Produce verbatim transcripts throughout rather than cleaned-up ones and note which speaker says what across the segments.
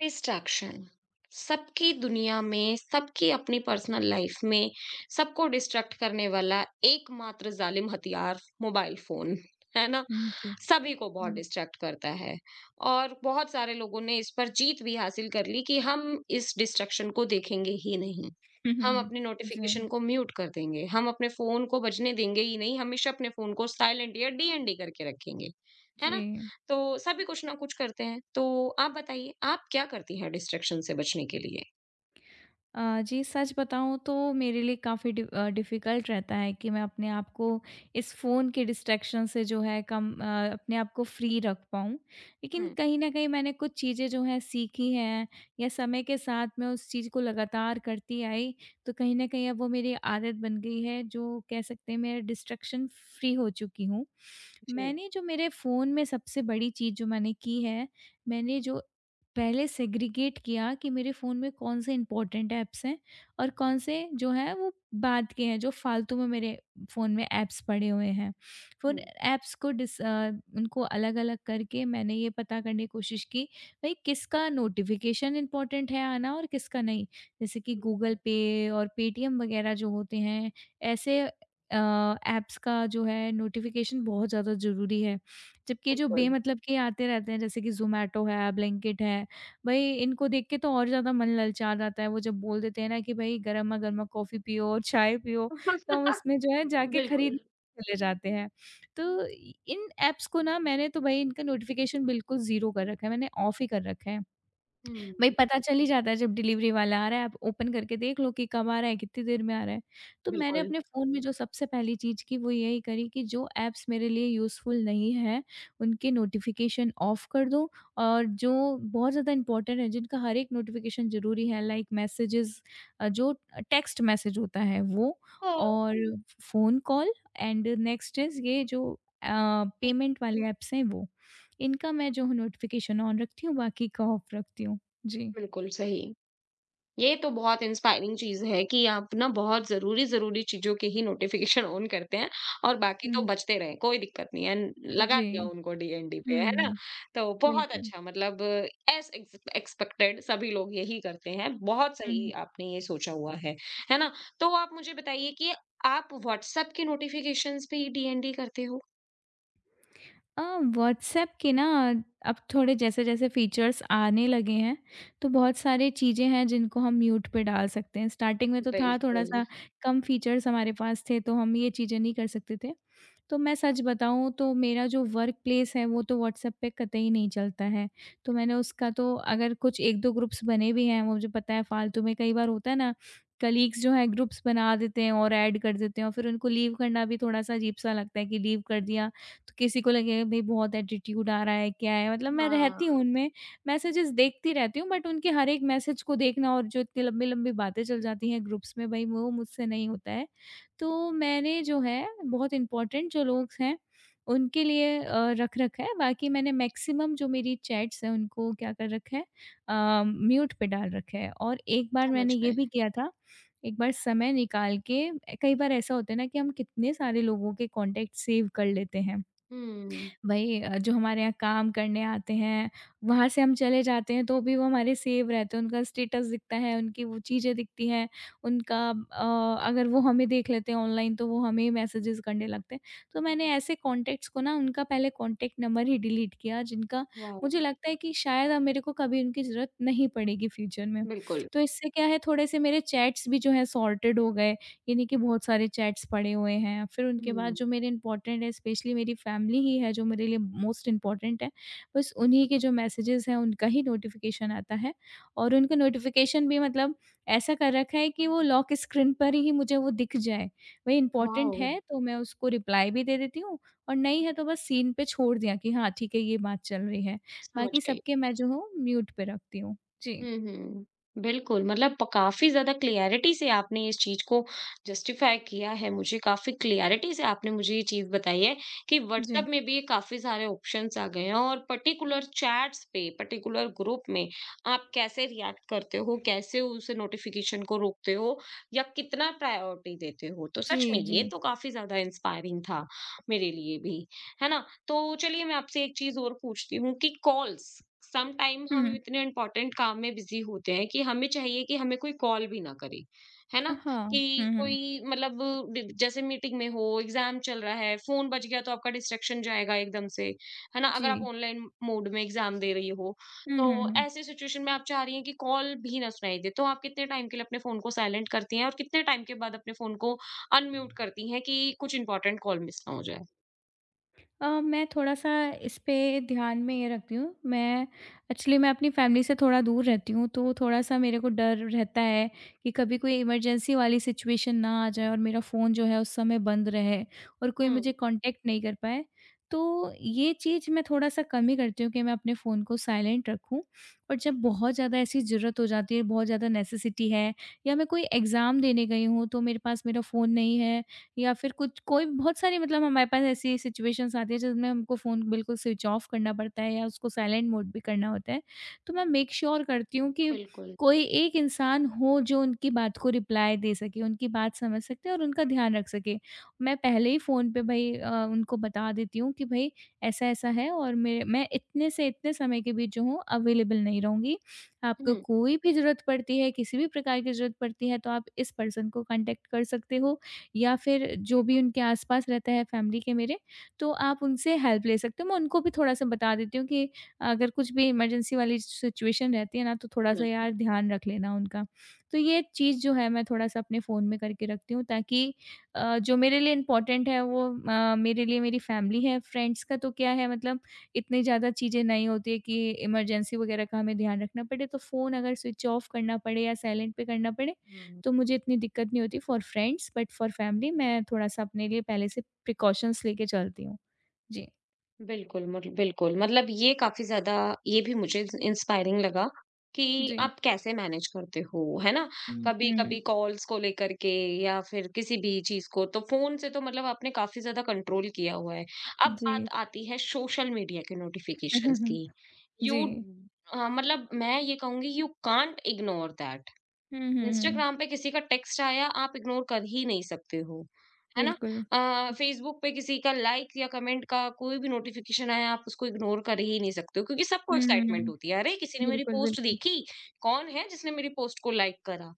Speaker 1: Distraction सबकी दुनिया में, सबकी अपनी पर्सनल लाइफ में, सबको डिस्ट्रैक्ट करने वाला एकमात्र ज़ालिम हथियार मोबाइल फ़ोन, है ना?
Speaker 2: हुँ, जी,
Speaker 1: सभी को बहुत
Speaker 2: जी।
Speaker 1: डिस्ट्रैक्ट करता है और बहुत सारे लोगों ने इस पर जीत भी हासिल कर ली कि हम इस डिस्ट्रैक्शन को देखेंगे ही नहीं।
Speaker 2: हुँ, हुँ,
Speaker 1: हम
Speaker 2: हुँ।
Speaker 1: अपने
Speaker 2: जी,
Speaker 1: नोटिफ़िकेशन को म्यूट कर देंगे, हम अपने फ़ोन को बजने देंगे ही नहीं, हमेशा अपने फ़ोन को साइलेंट या डीएनडी करके रखेंगे। है ना?
Speaker 2: जी।
Speaker 1: तो सभी कुछ ना कुछ करते हैं। तो आप बताइए, आप क्या करती हैं डिस्ट्रैक्शन से बचने के लिए?
Speaker 2: अ, जी, सच बताऊँ तो मेरे लिए काफ़ी डि अ, डिफ़िकल्ट रहता है कि मैं अपने आप को इस फ़ोन के डिस्ट्रैक्शन से जो है कम अ, अपने आप को फ्री रख पाऊँ। लेकिन
Speaker 1: हुँ,
Speaker 2: कहीं न कहीं मैंने कुछ चीज़ें जो हैं सीखी हैं या समय के साथ मैं उस चीज़ को लगातार करती आई, तो कहीं न कहीं अब वो मेरी आदत बन गई है जो कह सकते हैं मैं डिस्ट्रैक्शन फ्री हो चुकी हूँ।
Speaker 1: जी।
Speaker 2: मैंने जो मेरे फ़ोन में सबसे बड़ी चीज़ जो मैंने की है, मैंने जो पहले सेग्रीगेट किया कि मेरे फ़ोन में कौन-से इम्पोर्टेंट ऐप्स हैं और कौन से जो हैं वो बाद के हैं जो फ़ालतू में मेरे फ़ोन में ऐप्स पड़े हुए हैं। फ़ोन
Speaker 1: हुँ,
Speaker 2: ऐप्स को डिस अ, उनको अलग-अलग करके मैंने ये पता करने की कोशिश की भई किसका नोटिफ़िकेशन इम्पोर्टेंट है आना और किसका नहीं। जैसे कि गूगल
Speaker 1: हुँ,
Speaker 2: पे और पेटीएम वग़ैरह जो होते हैं ऐसे अ, ऐप्स का जो है नोटिफ़िकेशन बहुत ज़्यादा ज़रूरी है। जबकि ये जो
Speaker 1: बिल्कुल।
Speaker 2: बेमतलब के आते रहते हैं जैसे कि ज़ोमैटो है, ब्लिंकिट है भई इनको देख के तो और ज़्यादा मन ललचा जाता है, वो जब बोल देते हैं ना कि भई गरमा-गरमा कॉफ़ी पियो और चाय पियो, तो हम उसमें जो है जाके
Speaker 1: बिल्कुल।
Speaker 2: खरीद चले जाते हैं। तो इन ऐप्स को ना मैंने तो भई इनका नोटिफ़िकेशन बिल्कुल ज़ीरो कर रखा है, मैंने ऑफ ही कर रखा है।
Speaker 1: हुँ,
Speaker 2: भाई पता चल ही जाता है जब डिलीवरी वाला आ रहा है, आप ओपन करके देख लो कि कब आ रहा है, कितनी देर में आ रहा है। तो मैंने
Speaker 1: बिल्कुल।
Speaker 2: अपने फ़ोन में जो सबसे पहली चीज़ की वो यही करी कि जो ऐप्स मेरे लिए यूज़फुल नहीं है, उनके नोटिफ़िकेशन ऑफ़ कर दूँ और जो बहुत ज़्यादा इम्पोर्टेंट है, जिनका हर एक नोटिफ़िकेशन ज़रूरी है लाइक मैसेजेज़ अ, जो टेक्स्ट मैसेज होता है वो
Speaker 1: हाँ,
Speaker 2: और phone call and next is ये जो अ,
Speaker 1: ये
Speaker 2: पेमेंट वाले ऐप्स हैं वो। इनका मैं जो नोटिफ़िकेशन ऑन रखती हूँ, बाकी का ऑफ़ रखती हूँ। जी।
Speaker 1: बिल्कुल सही। ये तो बहुत इंस्पायरिंग चीज़ है कि आप ना बहुत ज़रूरी-ज़रूरी चीज़ों के ही नोटिफ़िकेशन ऑन करते हैं और बाकी तो
Speaker 2: हुँ।
Speaker 1: बजते रहें, कोई दिक्कत नहीं है। लगा दिया
Speaker 2: जी।
Speaker 1: उनको डीएनडी पे, है ना?
Speaker 2: हुँ,
Speaker 1: तो बहुत
Speaker 2: बिल्कुल।
Speaker 1: अच्छा मतलब एज़ एक्स एक्सपेक्टेड सभी लोग यही करते हैं। बहुत
Speaker 2: हुँ,
Speaker 1: सही
Speaker 2: हुँ।
Speaker 1: आपने ये सोचा हुआ है, है ना? तो आप मुझे बताइए कि आप व्हाट्सएप के नोटिफ़िकेशंस पे ही डीएनडी करते हो?
Speaker 2: अ, व्हाट्सएप के ना अब थोड़े जैसे-जैसे फ़ीचर्स आने लगे हैं, तो बहुत सारी चीज़ें हैं जिनको हम म्यूट पे डाल सकते हैं। स्टार्टिंग में तो था
Speaker 1: बिल्कुल।
Speaker 2: थोड़ा-सा कम फ़ीचर्स हमारे पास थे, तो हम ये चीज़ें नहीं कर सकते थे। तो मैं सच बताऊँ तो मेरा जो वर्क प्लेस है वो तो व्हाट्सएप पे कतई नहीं चलता है। तो मैंने उसका तो अगर कुछ एक दो ग्रुप्स बने भी हैं, मुझे पता है फालतू में कई बार होता है ना, कलीग्स जो हैं ग्रुप्स बना देते हैं और ऐड कर देते हैं और फिर उनको लीव करना भी थोड़ा-सा अजीब-सा लगता है कि लीव कर दिया तो किसी को लगेगा भई बहुत एटीट्यूड आ रहा है, क्या है? मतलब मैं रहती
Speaker 1: हाँ,
Speaker 2: हूँ उनमें, मैसेजेज़ देखती रहती हूँ बट उनके हर एक मैसेज को देखना और जो इतनी लंबी-लंबी बातें चल जाती हैं ग्रुप्स में भई वो मुझसे नहीं होता है। तो मैंने जो है बहुत इम्पोर्टेंट जो लोग हैं, उनके लिए अ, रख रखा है बाकी मैंने मैक्सिमम जो मेरी चैट्स हैं उनको क्या कर रखा है अ, म्यूट पे डाल रखा है और एक बार
Speaker 1: समझ
Speaker 2: मैंने ये
Speaker 1: गए।
Speaker 2: भी किया था, एक बार समय निकाल के कई बार ऐसा होता है ना कि हम कितने सारे लोगों के कॉन्टैक्ट सेव कर लेते हैं।
Speaker 1: हुँ,
Speaker 2: वही अ, जो हमारे यहाँ काम करने आते हैं, वहाँ से हम चले जाते हैं तो भी वो हमारे सेव रहते हैं, उनका स्टेटस दिखता है, उनकी वो चीज़ें दिखती हैं, उनका अ, अगर वो हमें देख लेते हैं ऑनलाइन तो वो हमें मैसेजेस करने लगते हैं। तो मैंने ऐसे कॉन्टैक्ट्स को ना उनका पहले कॉन्टैक्ट नंबर ही डिलीट किया जिनका
Speaker 1: वाओ!
Speaker 2: मुझे लगता है कि शायद अब मेरे को कभी उनकी ज़रूरत नहीं पड़ेगी फ्यूचर में।
Speaker 1: बिल्कुल।
Speaker 2: तो इससे क्या है थोड़े-से मेरे चैट्स भी जो हैं सॉर्टेड हो गए ये नहीं कि बहुत सारे चैट्स पड़े हुए हैं। फिर उनके बाद
Speaker 1: हुँ,
Speaker 2: जो मेरे इम्पोर्टेंट है स्पेशली मेरी फैमिली ही है जो मेरे लिए मोस्ट इम्पोर्टेंट है। बस उन्हीं के जो मैसेजेस हैं उनका ही नोटिफ़िकेशन आता है और उनका नोटिफ़िकेशन भी मतलब ऐसा कर रखा है कि वो लॉक स्क्रीन पर ही मुझे वो दिख जाए। वही इम्पोर्टेंट
Speaker 1: वाओ!
Speaker 2: है तो मैं उसको रिप्लाई भी दे देती हूँ और नहीं है तो बस सीन पे छोड़ दिया कि हाँ ठीक है ये बात चल रही है।
Speaker 1: समझ
Speaker 2: बाकी
Speaker 1: गई।
Speaker 2: सबके मैं जो हूँ म्यूट पे रखती हूँ। जी,
Speaker 1: हुँ, हुँ। बिल्कुल, मतलब प काफ़ी ज़्यादा क्लैरिटी से आपने इस चीज़ को जस्टिफ़ाई किया है मुझे, काफ़ी क्लैरिटी से आपने मुझे ये चीज़ बताई है कि व्हाट्सएप
Speaker 2: जी।
Speaker 1: में भी काफ़ी सारे ऑप्शंस आ गए हैं और पर्टिकुलर चैट्स पे, पर्टिकुलर ग्रुप में आप कैसे रिएक्ट करते हो, कैसे उस नोटिफ़िकेशन को रोकते हो या कितना प्रायोरिटी देते हो। तो
Speaker 2: जी,
Speaker 1: सच में
Speaker 2: जी।
Speaker 1: ये तो काफ़ी ज़्यादा इंस्पायरिंग था मेरे लिए भी, है ना? तो चलिए मैं आपसे एक चीज़ और पूछती हूँ कि कॉल्स सम टाइम
Speaker 2: हुँ,
Speaker 1: हम
Speaker 2: हुँ।
Speaker 1: इतने इम्पोर्टेंट काम में बिज़ी होते हैं कि हमें चाहिए कि हमें कोई कॉल भी ना करे, है ना?
Speaker 2: हाँ।
Speaker 1: कि
Speaker 2: हुँ, हुँ।
Speaker 1: कोई मतलब डि जैसे मीटिंग में हो, एग्ज़ाम चल रहा है, फ़ोन बज गया तो आपका डिस्ट्रैक्शन जाएगा एकदम से, है ना? अगर आप
Speaker 2: जी।
Speaker 1: ऑनलाइन मोड में एग्ज़ाम दे रही हो,
Speaker 2: हुँ,
Speaker 1: तो
Speaker 2: हुँ, हुँ।
Speaker 1: ऐसे सिचुएशन में आप चाह रही हैं कि कॉल भी ना सुनाई दे, तो आप कितने टाइम के लिए अपने फ़ोन को साइलेंट करती हैं और कितने टाइम के बाद अपने फ़ोन को अनम्यूट करती हैं कि कुछ इम्पोर्टेंट कॉल मिस ना हो जाए?
Speaker 2: अ, मैं थोड़ा-सा इस पे ध्यान में ये रखती हूँ, मैं एक्चुअली मैं अपनी फ़ैमिली से थोड़ा दूर रहती हूँ, तो थोड़ा-सा मेरे को डर रहता है कि कभी कोई इमरजेंसी वाली सिचुएशन ना आ जाए और मेरा फ़ोन जो है उस समय बंद रहे और कोई मुझे
Speaker 1: हुँ,
Speaker 2: कॉन्टैक्ट नहीं कर पाए। तो ये चीज़ मैं थोड़ा-सा कम ही करती हूँ कि मैं अपने फ़ोन को साइलेंट रखूँ और जब बहुत ज़्यादा ऐसी ज़रूरत हो जाती है, बहुत ज़्यादा नेसेसिटी है या मैं कोई एग्ज़ाम देने गई हूँ, तो मेरे पास मेरा फ़ोन नहीं है या फिर कुछ कोई बहुत सारी मतलब हमारे पास ऐसी सिचुएशंस आती है जिसमें हमको फ़ोन बिल्कुल स्विच ऑफ करना पड़ता है या उसको साइलेंट मोड भी करना होता है। तो मैं मेक श्योर करती हूँ कि
Speaker 1: बिल्कुल।
Speaker 2: कोई एक इंसान हो जो उनकी बात को रिप्लाई दे सके, उनकी बात समझ सके और उनका ध्यान रख सके। मैं पहले ही फ़ोन पे भई अ, उनको बता देती हूँ कि भई ऐसा-ऐसा है और मैं मैं इतने से इतने समय के बीच जो हूँ अवेलेबल नहीं रहूँगी। आपको
Speaker 1: हुँ,
Speaker 2: कोई भी ज़रूरत पड़ती है, किसी भी प्रकार की ज़रूरत पड़ती है तो आप इस पर्सन को कॉन्टैक्ट कर सकते हो। या फिर जो भी उनके आस-पास रहता है फैमिली के मेरे, तो आप उनसे हेल्प ले सकते हो। मैं उनको भी थोड़ा-सा बता देती हूँ कि अगर कुछ भी इमरजेंसी वाली सिचुएशन रहती है ना, तो थोड़ा-सा यार
Speaker 1: बिल्कुल।
Speaker 2: ध्यान रख लेना उनका। तो ये चीज़ जो है मैं थोड़ा-सा अपने फ़ोन में करके रखती हूँ ताकि अ, जो मेरे लिए इम्पोर्टेंट है वो अ, मेरे लिए मेरी फैमिली है, फ्रेंड्स का तो क्या है मतलब इतनी ज़्यादा चीज़ें नहीं होती है कि इमरजेंसी वगैरह का हमें ध्यान रखना पड़े। तो फ़ोन अगर स्विच ऑफ करना पड़े या साइलेंट पे करना पड़े,
Speaker 1: हुँ।
Speaker 2: तो मुझे इतनी दिक्कत नहीं होती for friends but for family मैं थोड़ा-सा अपने लिए पहले से प्रिकॉशंस लेके चलती हूँ। जी,
Speaker 1: बिल्कुल, मुट बिल्कुल, मतलब ये काफ़ी ज़्यादा ये भी मुझे ज इंस्पायरिंग लगा कि
Speaker 2: जी।
Speaker 1: आप कैसे मैनेज करते हो, है ना?
Speaker 2: हुँ, हुँ।
Speaker 1: कभी-कभी कॉल्स को लेकर के या फिर किसी भी चीज़ को, तो फ़ोन से तो मतलब आपने काफ़ी ज़्यादा कंट्रोल किया हुआ है। अब बात
Speaker 2: जी।
Speaker 1: आती है सोशल मीडिया के नोटिफ़िकेशंस की। यू
Speaker 2: जी।
Speaker 1: अ, मतलब मैं ये कहूँगी यू कांट इग्नोर दैट
Speaker 2: हुँ, हुँ, हुँ।
Speaker 1: इंस्टाग्राम पे किसी का टेक्स्ट आया आप इग्नोर कर ही नहीं सकते हो, है ना?
Speaker 2: बिल्कुल।
Speaker 1: अ, फेसबुक पे किसी का लाइक या कमेंट का कोई भी नोटिफ़िकेशन आया आप उसको इग्नोर कर ही नहीं सकते हो क्योंकि सबको
Speaker 2: हुँ,
Speaker 1: एक्साइटमेंट
Speaker 2: हुँ।
Speaker 1: होती है, अरे किसी ने मेरी
Speaker 2: बिल्कुल,
Speaker 1: पोस्ट
Speaker 2: बिल्कुल।
Speaker 1: देखी, कौन है जिसने मेरी पोस्ट को लाइक करा,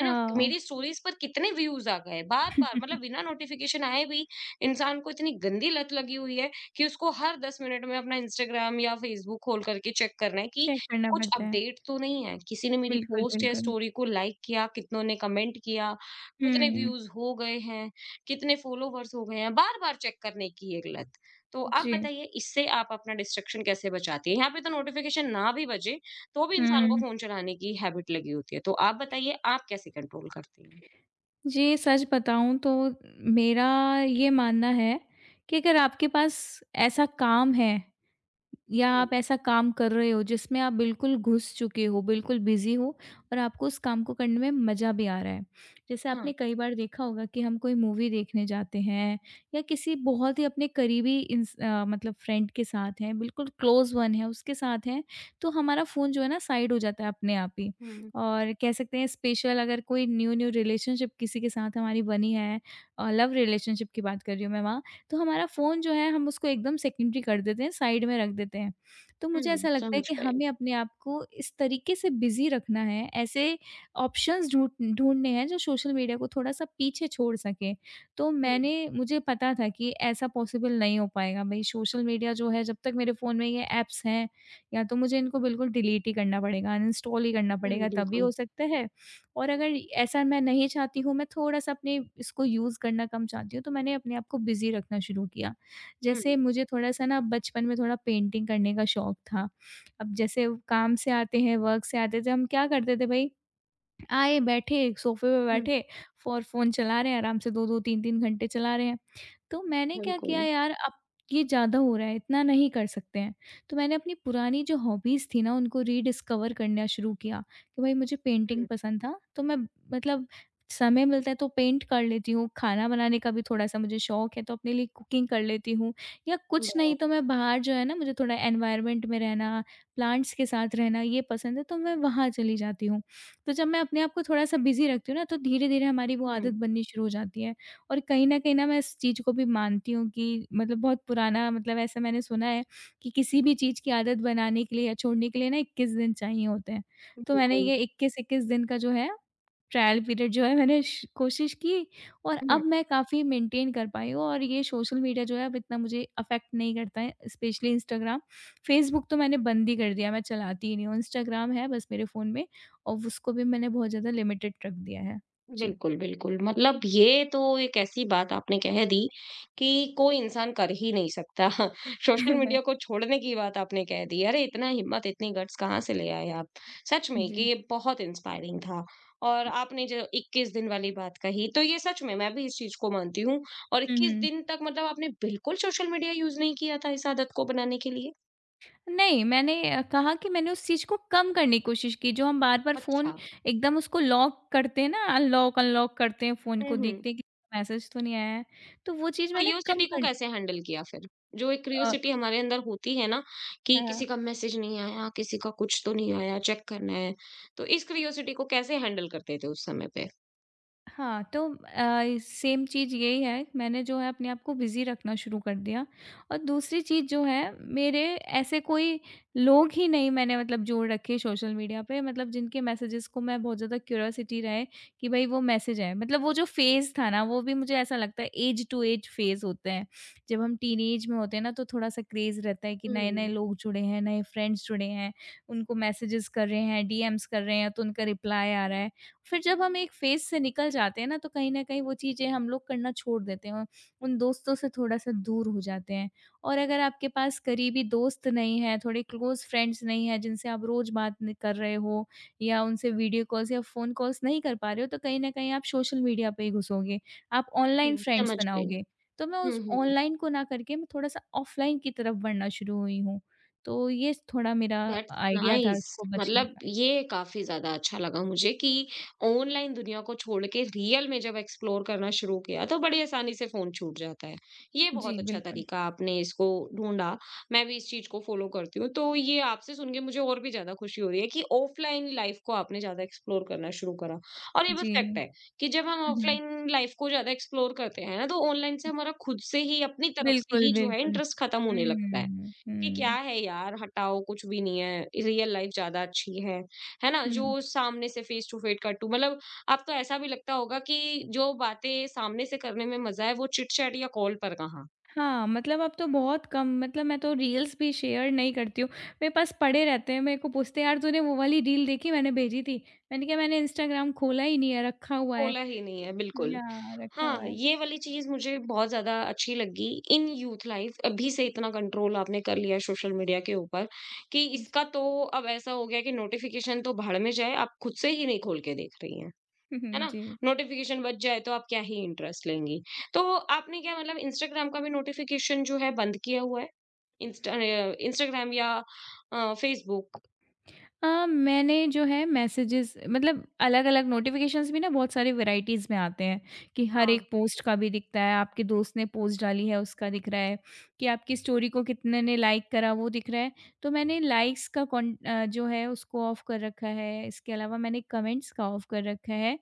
Speaker 1: है ना?
Speaker 2: हाँ।
Speaker 1: मेरी स्टोरीज़ पर कितने व्यूज़ आ गए बार-बार मतलब बिना नोटिफ़िकेशन आए भी इंसान को इतनी गंदी लत लगी हुई है कि उसको हर 10 मिनट में अपना इंस्टाग्राम या फेसबुक खोल करके चेक करना है कि
Speaker 2: चेक करना
Speaker 1: कुछ
Speaker 2: पड़ता है।
Speaker 1: अपडेट तो नहीं है, किसी ने मेरी
Speaker 2: बिल्कुल,
Speaker 1: पोस्ट या
Speaker 2: बिल्कुल।
Speaker 1: स्टोरी को लाइक किया, कितनों ने कमेंट किया, कितने
Speaker 2: हुँ,
Speaker 1: व्यूज़ हो गए हैं, कितने फॉलोवर्स हो गए हैं, बार-बार चेक करने की ये लत। तो आप
Speaker 2: जी।
Speaker 1: बताइए इससे आप अपना डिस्ट्रैक्शन कैसे बचाती हैं? यहाँ पे तो नोटिफ़िकेशन ना भी बजे, तो भी इंसान को
Speaker 2: हुँ।
Speaker 1: फ़ोन चलाने की हैबिट लगी होती है। तो आप बताइए आप कैसे कंट्रोल करती हैं?
Speaker 2: जी, सच बताऊँ तो मेरा ये मानना है कि अगर आपके पास ऐसा काम है या
Speaker 1: हुँ,
Speaker 2: आप ऐसा काम कर रहे हो जिसमें आप बिल्कुल घुस चुके हो, बिल्कुल बिज़ी हो और आपको उस काम को करने में मज़ा भी आ रहा है। जैसे
Speaker 1: हाँ,
Speaker 2: आपने कई बार देखा होगा कि हम कोई मूवी देखने जाते हैं या किसी बहुत ही अपने करीबी इंस अ, मतलब फ्रेंड के साथ हैं, बिल्कुल क्लोज़ वन है, उसके साथ हैं, तो हमारा फ़ोन जो है ना साइड हो जाता है अपने आप ही।
Speaker 1: हुँ,
Speaker 2: और कह सकते हैं स्पेशल अगर कोई न्यू-न्यू रिलेशनशिप किसी के साथ हमारी बनी है अ, लव रिलेशनशिप की बात कर रही हूँ मैं वहाँ, तो हमारा फ़ोन जो है हम उसको एकदम सेकेंडरी कर देते हैं, साइड में रख देते हैं। तो मुझे
Speaker 1: हुँ,
Speaker 2: ऐसा लगता है
Speaker 1: समझ
Speaker 2: कि
Speaker 1: गए।
Speaker 2: हमें अपने आप को इस तरीके से बिज़ी रखना है, ऐसे ऑप्शंस ढूँढ ढूँढने हैं जो सोशल मीडिया को थोड़ा-सा पीछे छोड़ सकें। तो
Speaker 1: हुँ,
Speaker 2: मैंने मुझे पता था कि ऐसा पॉसिबल नहीं हो पाएगा भई सोशल मीडिया जो है जब तक मेरे फ़ोन में ये ऐप्स हैं, या तो मुझे इनको बिल्कुल डिलीट ही करना पड़ेगा, अनइंस्टॉल ही करना
Speaker 1: हुँ,
Speaker 2: पड़ेगा तभी
Speaker 1: बिल्कुल।
Speaker 2: हो सकता है और अगर ऐसा मैं नहीं चाहती हूँ, मैं थोड़ा-सा अपने इसको यूज़ करना कम चाहती हूँ, तो मैंने अपने आप को बिज़ी रखना शुरू किया।
Speaker 1: हुँ,
Speaker 2: जैसे मुझे थोड़ा-सा ना बचपन में थोड़ा पेंटिंग करने का शौक था। अब जैसे काम से आते हैं, वर्क से आते थे, हम क्या करते थे भई, आए, बैठे, सोफ़े पे
Speaker 1: हुँ,
Speaker 2: बैठे और फ़ोन चला रहे हैं, आराम से दो दो, तीन तीन घंटे चला रहे हैं। तो मैंने क्या किया
Speaker 1: बिल्कुल।
Speaker 2: यार अब ये ज़्यादा हो रहा है, इतना नहीं कर सकते हैं। तो मैंने अपनी पुरानी जो हॉबीज़ थी ना उनको रिडिस्कवर करना शुरू किया कि भाई मुझे
Speaker 1: हुँ,
Speaker 2: पेंटिंग पसंद था तो मैं मतलब समय मिलता है तो पेंट कर लेती हूँ, खाना बनाने का भी थोड़ा-सा मुझे शौक है तो अपने लिए कुकिंग कर लेती हूँ या कुछ
Speaker 1: वाह!
Speaker 2: नहीं तो मैं बाहर जो है ना मुझे थोड़ा एनवायरनमेंट में रहना, प्लांट्स के साथ रहना ये पसंद है तो मैं वहाँ चली जाती हूँ। तो जब मैं अपने आप को थोड़ा-सा बिज़ी रखती हूँ ना तो धीरे-धीरे हमारी वो आदत
Speaker 1: हुँ,
Speaker 2: बननी शुरू हो जाती है। और कहीं न कहीं ना मैं इस चीज़ को भी मानती हूँ कि मतलब बहुत पुराना, मतलब ऐसा मैंने सुना है कि किसी भी चीज़ की आदत बनाने के लिए या छोड़ने के लिए ना इक्कीस दिन चाहिए होते हैं। तो मैंने
Speaker 1: बिल्कुल।
Speaker 2: ये इक्कीस इक्कीस दिन का जो है ट्रायल पीरियड जो है मैंने श कोशिश की। और
Speaker 1: हुँ।
Speaker 2: अब मैं काफ़ी मेंटेन कर पाई हूँ, और ये सोशल मीडिया जो है अब इतना मुझे अफ़ेक्ट नहीं करता है, स्पेशली इंस्टाग्राम। फ़ेसबुक तो मैंने बंद ही कर दिया, मैं चलाती ही नहीं हूँ। इंस्टाग्राम है बस मेरे फ़ोन में, और उसको भी मैंने बहुत ज़्यादा लिमिटेड रख दिया है। जी।
Speaker 1: बिल्कुल, बिल्कुल। मतलब ये तो एक ऐसी बात आपने कह दी कि कोई इंसान कर ही नहीं सकता। सोशल मीडिया को छोड़ने की बात आपने कह दी। अरे! इतना हिम्मत, इतनी गट्स कहाँ से ले आए आप? सच में कि
Speaker 2: जी।
Speaker 1: ये बहुत इंस्पायरिंग था। और आपने जो इक्कीस दिन वाली बात कही, तो ये सच में मैं भी इस चीज़ को मानती हूँ। और
Speaker 2: हुँ,
Speaker 1: इक्कीस
Speaker 2: हुँ।
Speaker 1: दिन तक मतलब आपने बिल्कुल सोशल मीडिया यूज़ नहीं किया था इस आदत को बनाने के लिए?
Speaker 2: नहीं, मैंने अ, कहा कि मैंने उस चीज़ को कम करने की कोशिश की, जो हम बार-बार फ़ोन
Speaker 1: अच्छा।
Speaker 2: एकदम उसको लॉक करते हैं ना, अनलॉक अनलॉक करते हैं फ़ोन
Speaker 1: हुँ,
Speaker 2: को,
Speaker 1: हुँ।
Speaker 2: देखते हैं कि मैसेज तो नहीं आया है। तो वो चीज़ मैंने कम
Speaker 1: क्यूरियोसिटी को
Speaker 2: कर।
Speaker 1: कैसे हैंडल किया फिर? जो एक
Speaker 2: अ,
Speaker 1: क्यूरियोसिटी हमारे अंदर होती है ना कि
Speaker 2: हाँ।
Speaker 1: किसी का मैसेज नहीं आया, किसी का कुछ तो नहीं आया, चेक करना है। तो इस क्यूरियोसिटी को कैसे हैंडल करते थे उस समय पे?
Speaker 2: हाँ, तो अ, सेम चीज़ यही है, मैंने जो है अपने आप को बिज़ी रखना शुरू कर दिया। और दूसरी चीज़ जो है, मेरे ऐसे कोई लोग ही नहीं मैंने मतलब जोड़ रखे सोशल मीडिया पे, मतलब जिनके मैसेजेस को मैं बहुत ज़्यादा क्यूरियोसिटी रहे कि भई वो मैसेज है। मतलब वो जो फ़ेज़ था ना वो भी मुझे ऐसा लगता है, ऐज टू ऐज फ़ेज़ होते हैं। जब हम टीनेज में होते हैं ना तो थोड़ा-सा क्रेज़ रहता है कि
Speaker 1: हुँ।
Speaker 2: नए-नए लोग जुड़े हैं, नए फ्रेंड्स जुड़े हैं, उनको मैसेजेस कर रहे हैं, डीएम्स कर रहे हैं तो उनका रिप्लाई आ रहा है। फिर जब हम एक फ़ेज़ से निकल जाते हैं ना, तो कहीं न कहीं वो चीज़ें हम लोग करना छोड़ देते हैं, उन दोस्तों से थोड़ा-सा दूर हो जाते हैं। और अगर आपके पास करीबी दोस्त नहीं है, थोड़े क्लोज़ फ्रेंड्स नहीं हैं जिनसे आप रोज़ बात न कर रहे हो या उनसे वीडियो कॉल्स या फ़ोन कॉल्स नहीं कर पा रहे हो, तो कहीं न कहीं आप सोशल मीडिया पे ही घुसोगे, आप ऑनलाइन
Speaker 1: हुँ,
Speaker 2: फ्रेंड्स
Speaker 1: समझ गई।
Speaker 2: बनाओगे। तो मैं
Speaker 1: हुँ,
Speaker 2: उस
Speaker 1: हुँ।
Speaker 2: ऑनलाइन को ना करके मैं थोड़ा-सा ऑफ़लाइन की तरफ बढ़ना शुरू हुई हूँ। तो ये थोड़ा मेरा
Speaker 1: दैट्स
Speaker 2: आइडिया था
Speaker 1: नाइस,
Speaker 2: इसको बचने
Speaker 1: मतलब
Speaker 2: का।
Speaker 1: ये काफी ज्यादा अच्छा लगा मुझे कि ऑनलाइन दुनिया को छोड़ के रियल में जब एक्सप्लोर करना शुरू किया तो बड़ी आसानी से फोन छूट जाता है, ये बहुत
Speaker 2: जी,
Speaker 1: अच्छा
Speaker 2: बिल्कुल।
Speaker 1: तरीका आपने इसको ढूंढा। मैं भी इस चीज को फॉलो करती हूँ, तो ये आपसे सुन के मुझे और भी ज्यादा खुशी हो रही है कि ऑफलाइन लाइफ को आपने ज्यादा एक्सप्लोर करना शुरू करा, और ये बस
Speaker 2: जी।
Speaker 1: फैक्ट है कि जब हम
Speaker 2: हुँ, हुँ।
Speaker 1: ऑफलाइन लाइफ को ज्यादा एक्सप्लोर करते हैं ना तो ऑनलाइन से हमारा खुद से ही अपनी तरफ से
Speaker 2: बिल्कुल,
Speaker 1: ही जो है
Speaker 2: बिल्कुल।
Speaker 1: इंटरेस्ट खत्म होने लगता है
Speaker 2: हुँ,
Speaker 1: कि क्या
Speaker 2: हुँ,
Speaker 1: है यार, हटाओ, कुछ भी नहीं है, रियल लाइफ ज्यादा अच्छी है है ना?
Speaker 2: हुँ।
Speaker 1: जो सामने से face to face cut to मतलब आप तो ऐसा भी लगता होगा कि जो बातें सामने से करने में मजा है वो चिट चैट या कॉल पर कहाँ।
Speaker 2: हाँ, मतलब अब तो बहुत कम, मतलब मैं तो रील्स भी शेयर नहीं करती हूँ। मेरे पास पड़े रहते हैं, मेरे को पूछते हैं, "यार तूने वो वाली रील देखी मैंने भेजी थी?" मैंने कहा, "मैंने इंस्टाग्राम खोला ही नहीं है, रखा हुआ है।"
Speaker 1: बोला ही नहीं है बिल्कुल।
Speaker 2: या रखा हुआ
Speaker 1: हाँ,
Speaker 2: है।
Speaker 1: ये वाली चीज मुझे बहुत ज्यादा अच्छी लगी। इन यूथ लाइफ अभी से इतना कंट्रोल आपने कर लिया सोशल मीडिया के ऊपर कि
Speaker 2: जी।
Speaker 1: इसका तो अब ऐसा हो गया कि नोटिफिकेशन तो भाड़ में जाए, आप खुद से ही नहीं खोल के देख रही हैं, है ना?
Speaker 2: जी।
Speaker 1: नोटिफ़िकेशन बज जाए तो आप क्या ही इंटरेस्ट लेंगी। तो आपने क्या मतलब इंस्टाग्राम का भी नोटिफ़िकेशन जो है बंद किया हुआ है? इंस्ट अ, इंस्टाग्राम या अ, फ़ेसबुक?
Speaker 2: अ, मैंने जो है मैसेजेस, मतलब अलग-अलग नोटिफ़िकेशंस भी ना बहुत सारी वैराइटीज़ में आते हैं, कि हर
Speaker 1: हाँ।
Speaker 2: एक पोस्ट का भी दिखता है, आपके दोस्त ने पोस्ट डाली है उसका दिख रहा है, कि आपकी स्टोरी को कितने ने लाइक करा वो दिख रहा है। तो मैंने लाइक्स का कौन अ, जो है उसको ऑफ कर रखा है, इसके अलावा मैंने कमेंट्स का ऑफ कर रखा है,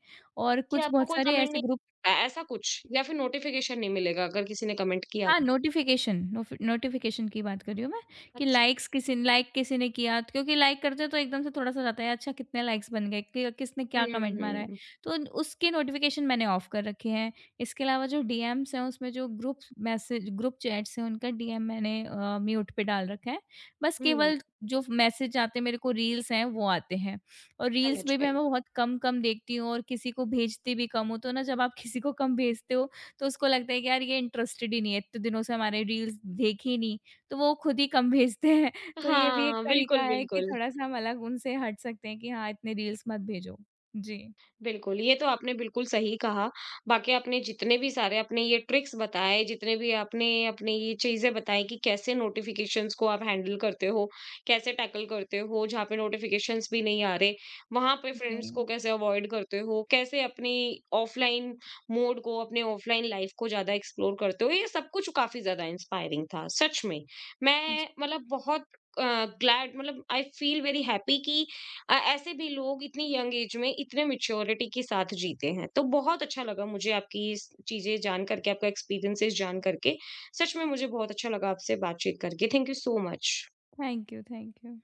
Speaker 2: और
Speaker 1: कि
Speaker 2: कुछ
Speaker 1: आपको
Speaker 2: बहुत
Speaker 1: कोई
Speaker 2: सारे
Speaker 1: कमेंट
Speaker 2: ऐसे
Speaker 1: नहीं,
Speaker 2: ग्रुप।
Speaker 1: अ, ऐसा कुछ या फिर नोटिफ़िकेशन नहीं मिलेगा अगर किसी ने कमेंट किया?
Speaker 2: हाँ, नोटिफ़िकेशन नोफ़ नोटिफ़िकेशन की बात कर रही हूँ मैं, कि
Speaker 1: अच्छा।
Speaker 2: लाइक्स किसी लाइक किसी ने किया, क्योंकि लाइक करते हैं तो एकदम से थोड़ा-सा रहता है अच्छा कितने लाइक्स बन गए, कि किसने
Speaker 1: हुँ,
Speaker 2: क्या कमेंट
Speaker 1: हुँ,
Speaker 2: मारा है।
Speaker 1: हुँ,
Speaker 2: तो उन- उसकी नोटिफ़िकेशन मैंने ऑफ कर रखे हैं। इसके अलावा जो डीएम्स हैं उसमें जो ग्रुप मैसेज ग्रुप चैट्स हैं उनका डीएम मैंने अ, म्यूट पे डाल रखा है। बस
Speaker 1: हुँ,
Speaker 2: केवल जो मैसेज आते हैं मेरे को रील्स हैं वो आते हैं, और
Speaker 1: समझ
Speaker 2: रील्स में भी मैं
Speaker 1: गई।
Speaker 2: बहुत कम-कम देखती हूँ और किसी को भेजती भी कम हूँ। तो ना जब आप किसी को कम भेजते हो तो उसको लगता है कि यार ये इंटरेस्टेड ही नहीं है, इतने दिनों से हमारे रील्स देखी ही नहीं, तो वो खुद ही कम भेजते हैं। तो ये भी एक
Speaker 1: हाँ,
Speaker 2: तरीका
Speaker 1: बिल्कुल,
Speaker 2: है कि
Speaker 1: बिल्कुल।
Speaker 2: थोड़ा-सा हम अलग उनसे हट सकते हैं कि हाँ, इतने रील्स मत भेजो। जी।
Speaker 1: बिल्कुल, ये तो आपने बिल्कुल सही कहा। बाकी आपने जितने भी सारे अपने ये ट्रिक्स बताए, जितने भी आपने अपने ये चीज़ें बताई कि कैसे नोटिफ़िकेशंस को आप हैंडल करते हो, कैसे टैकल करते हो, जहाँ पे नोटिफ़िकेशंस भी नहीं आ रहे, वहाँ पे फ्रेंड्स को
Speaker 2: जी,
Speaker 1: कैसे अवॉइड करते हो, कैसे अपनी ऑफ़लाइन मोड को, अपने ऑफ़लाइन लाइफ़ को ज़्यादा एक्सप्लोर करते हो, ये सब कुछ काफ़ी ज़्यादा इंस्पायरिंग था, सच में।
Speaker 2: जी।
Speaker 1: मैं मतलब बहुत अ, ग्लैड, मतलब आई फ़ील वेरी हैप्पी कि अ, ऐसे भी लोग इतनी यंग एज में इतने मैच्योरिटी के साथ जीते हैं। तो बहुत अच्छा लगा मुझे आपकी इस चीज़ें जान करके, आपका एक्सपीरियंसेस जान करके। सच में मुझे बहुत अच्छा लगा आपसे बातचीत करके। Thank you so much.
Speaker 2: Thank you, thank you.